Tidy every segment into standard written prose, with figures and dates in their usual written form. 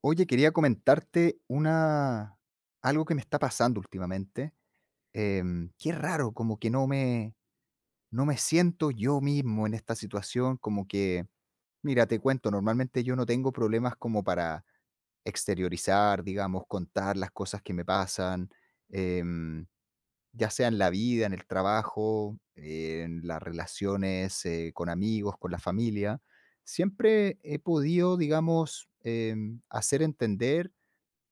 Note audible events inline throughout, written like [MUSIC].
Oye, quería comentarte una algo que me está pasando últimamente. Qué raro, como que no me siento yo mismo en esta situación, como que, mira, te cuento, normalmente yo no tengo problemas como para exteriorizar, digamos, contar las cosas que me pasan, em, ya sea en la vida, en el trabajo, en las relaciones, con amigos, con la familia. Siempre he podido, digamos, hacer entender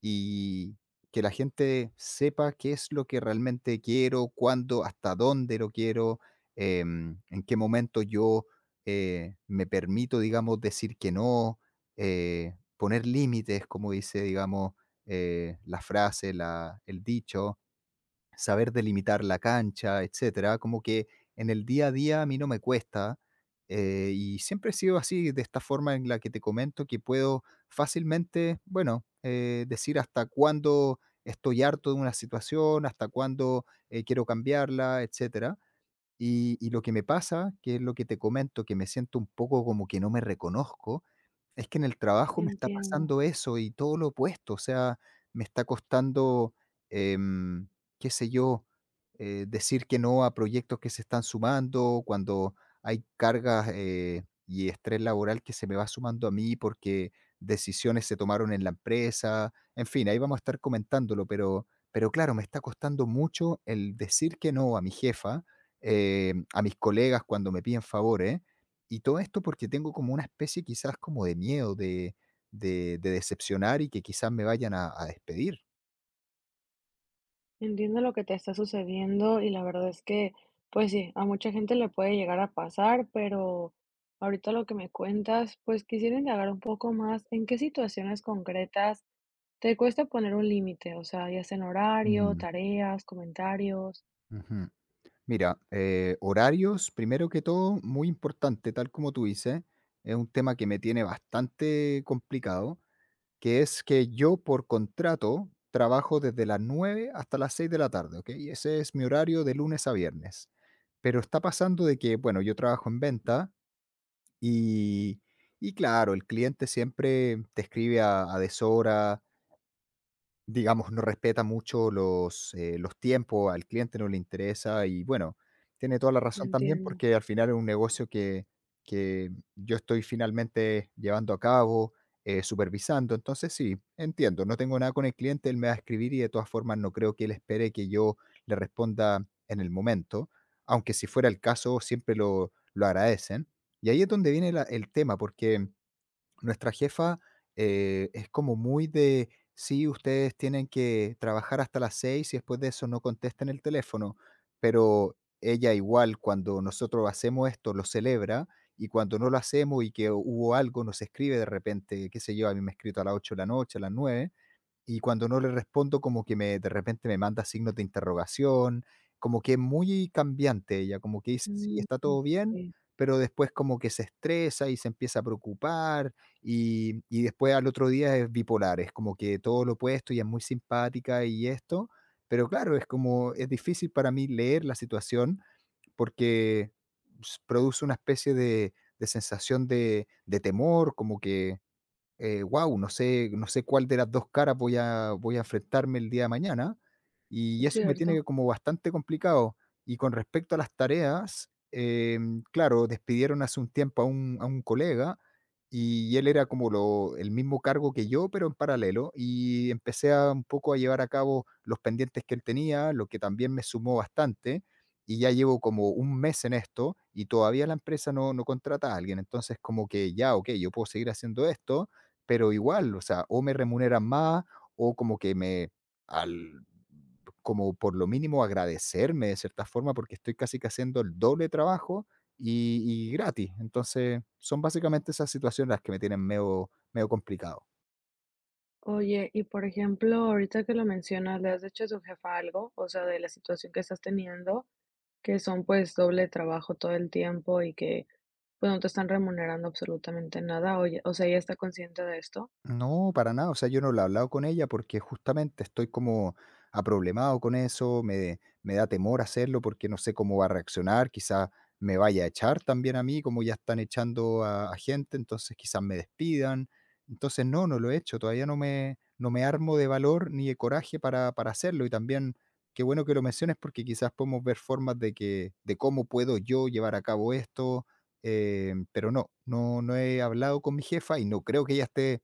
y que la gente sepa qué es lo que realmente quiero, cuándo, hasta dónde lo quiero, en qué momento yo me permito, digamos, decir que no, poner límites, como dice, digamos, la frase, el dicho, saber delimitar la cancha, etcétera, como que en el día a día a mí no me cuesta, y siempre he sido así, de esta forma en la que te comento, que puedo fácilmente, bueno, decir hasta cuándo estoy harto de una situación, hasta cuándo quiero cambiarla, etcétera. Y lo que me pasa, que es lo que te comento, que me siento un poco como que no me reconozco, es que en el trabajo me está Entiendo, pasando eso y todo lo opuesto, o sea, me está costando, em, qué sé yo, decir que no a proyectos que se están sumando, cuando hay cargas y estrés laboral que se me va sumando a mí porque decisiones se tomaron en la empresa, en fin, ahí vamos a estar comentándolo, pero claro, me está costando mucho el decir que no a mi jefa, a mis colegas cuando me piden favores y todo esto porque tengo como una especie quizás como de miedo de decepcionar y que quizás me vayan a despedir. Lo que te está sucediendo y la verdad es que, pues sí, a mucha gente le puede llegar a pasar, pero ahorita lo que me cuentas, pues quisiera indagar un poco más en qué situaciones concretas te cuesta poner un límite, o sea, ya sea en horario, Mm, tareas, comentarios. ujú. Mira, horarios, primero que todo, muy importante, tal como tú dices, es un tema que me tiene bastante complicado, que es que yo por contrato trabajo desde las 9 hasta las 6 de la tarde, ¿okey? Ese es mi horario de lunes a viernes. Pero está pasando de que, bueno, yo trabajo en venta Y y claro, el cliente siempre te escribe a deshora, digamos, no respeta mucho los tiempos, al cliente no le interesa y bueno, tiene toda la razón también Entiendo. porque al final es un negocio que yo estoy finalmente llevando a cabo, supervisando. Entonces sí, entiendo, no tengo nada con el cliente, él me va a escribir y de todas formas no creo que él espere que yo le responda en el momento, aunque si fuera el caso siempre lo agradecen. Y ahí es donde viene el tema, porque nuestra jefa, es como muy de, sí, ustedes tienen que trabajar hasta las 6 y después de eso no contesten el teléfono, pero ella igual cuando nosotros hacemos esto lo celebra y cuando no lo hacemos y que hubo algo nos escribe de repente, qué sé yo, a mí me ha escrito a las 8 de la noche, a las 9 y cuando no le respondo, como que me de repente me manda signos de interrogación, como que es muy cambiante ella, como que dice, sí, Mm, está todo bien, ok, pero después como que se estresa y se empieza a preocupar y después al otro día es bipolar, es como que todo lo opuesto y es muy simpática y esto, pero claro, es como, es difícil para mí leer la situación porque produce una especie de sensación de temor, como que wow, no sé cuál de las 2 caras voy a enfrentarme el día de mañana, y es eso me tiene cierto. como bastante complicado. Y con respecto a las tareas, claro, despidieron hace un tiempo a un colega, y él era como lo el mismo cargo que yo, pero en paralelo, y empecé a un poco a llevar a cabo los pendientes que él tenía, lo que también me sumó bastante, y ya llevo como un mes en esto, y todavía la empresa no contrata a alguien. Entonces, como que ya, okey, yo puedo seguir haciendo esto, pero igual, o sea, o me remuneran más, o como que me al como por lo mínimo agradecerme de cierta forma, porque estoy casi que haciendo el doble trabajo y gratis. Entonces, son básicamente esas situaciones las que me tienen medio complicado. Oye, y por ejemplo, ahorita que lo mencionas, ¿le has dicho a tu jefa algo? O sea, de la situación que estás teniendo. Que son, pues, doble trabajo todo el tiempo y que, pues, no te están remunerando absolutamente nada. Oye, o sea, ¿ella está consciente de esto? No, para nada. O sea, yo no lo he hablado con ella porque justamente estoy como aproblemado con eso, me da temor hacerlo porque no sé cómo va a reaccionar, quizás me vaya a echar también a mí, como ya están echando a gente, entonces quizás me despidan. Entonces, no, no lo he hecho, todavía no me armo de valor ni de coraje para hacerlo. Y también, qué bueno que lo menciones porque quizás podemos ver formas de que, de cómo puedo yo llevar a cabo esto. Pero no he hablado con mi jefa y no creo que ella esté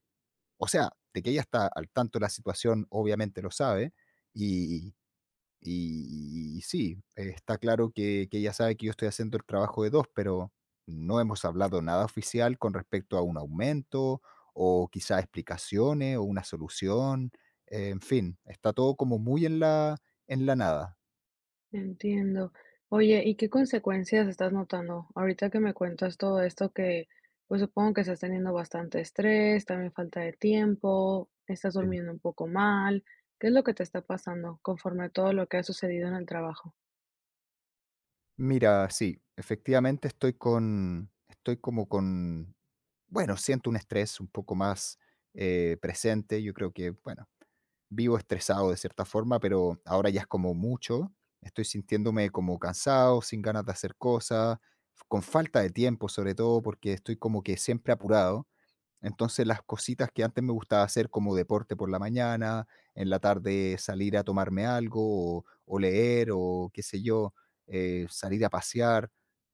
o sea, de que ella está al tanto de la situación, obviamente lo sabe, y, y sí, está claro que ella sabe que yo estoy haciendo el trabajo de dos, pero no hemos hablado nada oficial con respecto a un aumento o quizá explicaciones o una solución. En fin, está todo como muy en en la nada. Entiendo. Oye, ¿y qué consecuencias estás notando? Ahorita que me cuentas todo esto que, pues, supongo que estás teniendo bastante estrés, también falta de tiempo, estás Sí. durmiendo un poco mal. ¿Qué es lo que te está pasando conforme a todo lo que ha sucedido en el trabajo? Mira, sí, efectivamente estoy como con, bueno, siento un estrés un poco más presente. Yo creo que, bueno, vivo estresado de cierta forma, pero ahora ya es como mucho. Estoy sintiéndome como cansado, sin ganas de hacer cosas, con falta de tiempo sobre todo, porque estoy como que siempre apurado. Entonces las cositas que antes me gustaba hacer como deporte por la mañana, en la tarde salir a tomarme algo o leer o qué sé yo, salir a pasear,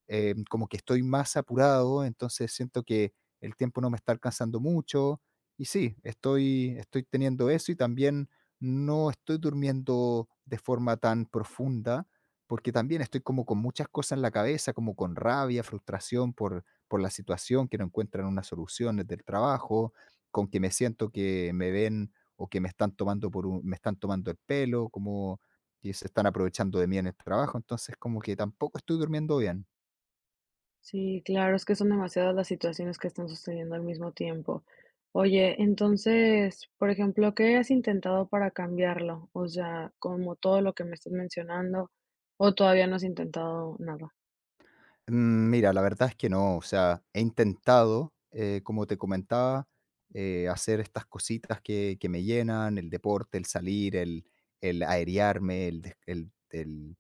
como que estoy más apurado, entonces siento que el tiempo no me está alcanzando mucho y sí, estoy teniendo eso y también no estoy durmiendo de forma tan profunda porque también estoy como con muchas cosas en la cabeza, como con rabia, frustración por la situación, que no encuentran una solución desde el trabajo, con que me siento que me ven o que me están tomando me están tomando el pelo, como que se están aprovechando de mí en el trabajo, entonces como que tampoco estoy durmiendo bien. Sí, claro, es que son demasiadas las situaciones que están sucediendo al mismo tiempo. Oye, entonces, por ejemplo, ¿qué has intentado para cambiarlo? O sea, como todo lo que me estás mencionando, o todavía no has intentado nada. Mm, mira, la verdad es que no, o sea, he intentado, como te comentaba, hacer estas cositas que me llenan, el deporte, el salir, el aerearme, el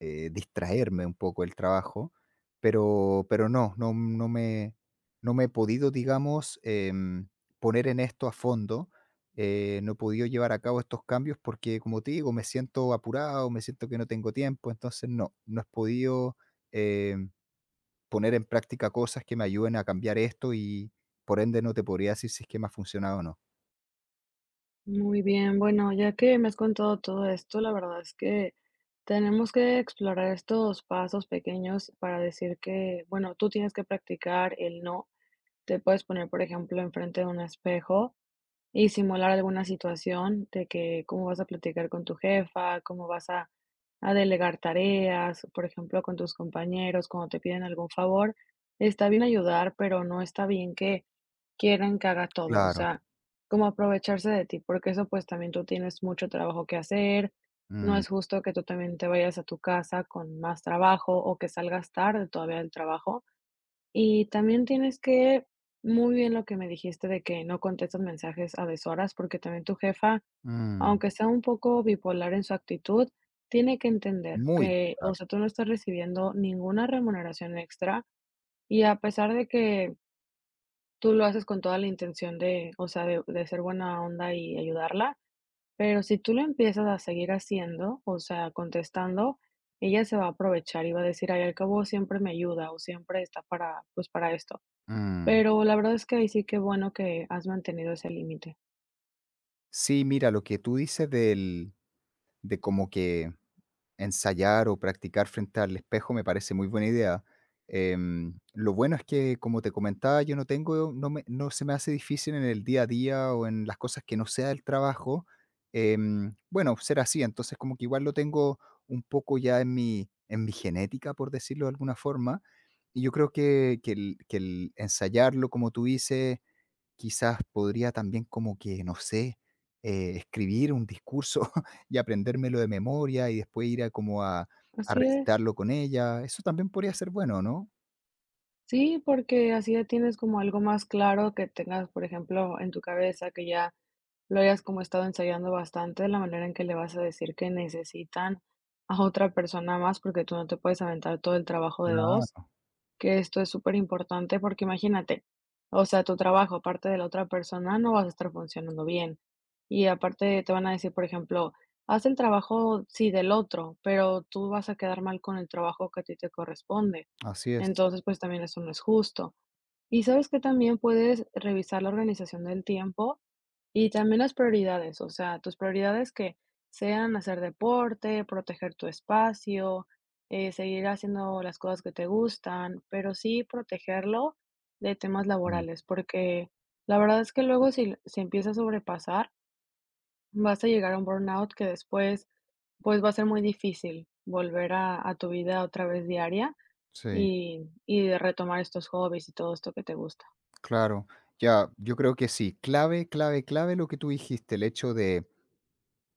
distraerme un poco el trabajo, pero no me no me he podido, digamos, poner en esto a fondo, no he podido llevar a cabo estos cambios porque, como te digo, me siento apurado, me siento que no tengo tiempo, entonces no, no he podido, em, poner en práctica cosas que me ayuden a cambiar esto y, por ende, no te podría decir si es que me ha funcionado o no. Muy bien, bueno, ya que me has contado todo esto, la verdad es que tenemos que explorar estos pasos pequeños para decir que, bueno, tú tienes que practicar el no. Te puedes poner, por ejemplo, enfrente de un espejo y simular alguna situación de que cómo vas a platicar con tu jefa, cómo vas a delegar tareas, por ejemplo, con tus compañeros, cuando te piden algún favor. Está bien ayudar, pero no está bien que quieran que haga todo, o Claro. sea, como aprovecharse de ti, porque eso pues también tú tienes mucho trabajo que hacer, no Mm, es justo que tú también te vayas a tu casa con más trabajo o que salgas tarde todavía del trabajo y también tienes que muy bien lo que me dijiste de que no contestas mensajes a deshoras, porque también tu jefa, mm, aunque sea un poco bipolar en su actitud, tiene que entender muy que, o claro. sea, tú no estás recibiendo ninguna remuneración extra y a pesar de que tú lo haces con toda la intención de, o sea, de ser buena onda y ayudarla, pero si tú lo empiezas a seguir haciendo, o sea, contestando, ella se va a aprovechar y va a decir, ay, al cabo siempre me ayuda o siempre está para, pues, para esto. Mm. Pero la verdad es que ahí sí que bueno que has mantenido ese límite. Sí, mira, lo que tú dices del de como que ensayar o practicar frente al espejo me parece muy buena idea. Lo bueno es que, como te comentaba, yo no tengo, no se me hace difícil en el día a día o en las cosas que no sea el trabajo, bueno, ser así. Entonces, como que igual lo tengo un poco ya en en mi genética, por decirlo de alguna forma. Y yo creo que el ensayarlo, como tú dices, quizás podría también como que, no sé, escribir un discurso [LAUGHS] y aprendérmelo de memoria y después ir a como a Así es. recitarlo con ella. Eso también podría ser bueno, ¿no? Sí, porque así ya tienes como algo más claro que tengas, por ejemplo, en tu cabeza, que ya lo hayas como estado ensayando bastante, la manera en que le vas a decir que necesitan a otra persona más, porque tú no te puedes aventar todo el trabajo de 2. Claro, Que esto es súper importante porque imagínate, o sea, tu trabajo, aparte de la otra persona, no vas a estar funcionando bien. Y aparte te van a decir, por ejemplo, haz el trabajo, sí, del otro, pero tú vas a quedar mal con el trabajo que a ti te corresponde. así es. Entonces, pues también eso no es justo. Y sabes que también puedes revisar la organización del tiempo y también las prioridades, o sea, tus prioridades que sean hacer deporte, proteger tu espacio, seguir haciendo las cosas que te gustan, pero sí protegerlo de temas Ujú. laborales, porque la verdad es que luego si se empieza a sobrepasar, vas a llegar a un burnout que después, pues, va a ser muy difícil volver a tu vida otra vez diaria Sí, y retomar estos hobbies y todo esto que te gusta. claro. Ya, yo creo que sí. Clave, clave, clave lo que tú dijiste, el hecho de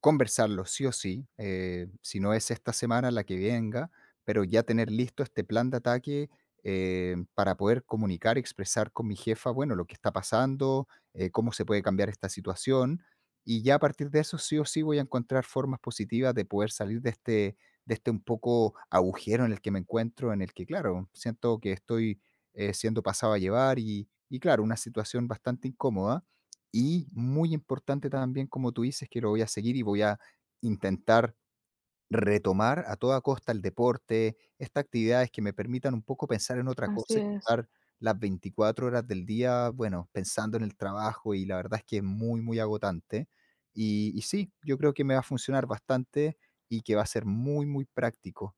conversarlo sí o sí, si no es esta semana, la que venga, pero ya tener listo este plan de ataque, para poder comunicar, expresar con mi jefa, bueno, lo que está pasando, cómo se puede cambiar esta situación. Y ya a partir de eso, sí o sí voy a encontrar formas positivas de poder salir de este un poco agujero en el que me encuentro, en el que, claro, siento que estoy siendo pasado a llevar y claro, una situación bastante incómoda y muy importante también, como tú dices, que lo voy a seguir y voy a intentar retomar a toda costa el deporte, estas actividades que me permitan un poco pensar en otra Así cosa y no es. estar las 24 horas del día, bueno, pensando en el trabajo y la verdad es que es muy, muy agotante. Y sí, yo creo que me va a funcionar bastante y que va a ser muy, muy práctico.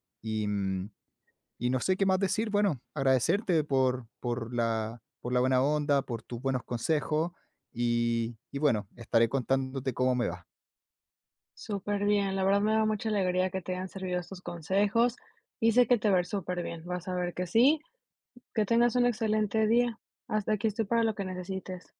Y no sé qué más decir, bueno, agradecerte por por la buena onda, por tus buenos consejos y bueno, estaré contándote cómo me va. Súper bien, la verdad me da mucha alegría que te hayan servido estos consejos y sé que te va a ir súper bien. Vas a ver que sí. Que tengas un excelente día. Hasta aquí estoy para lo que necesites.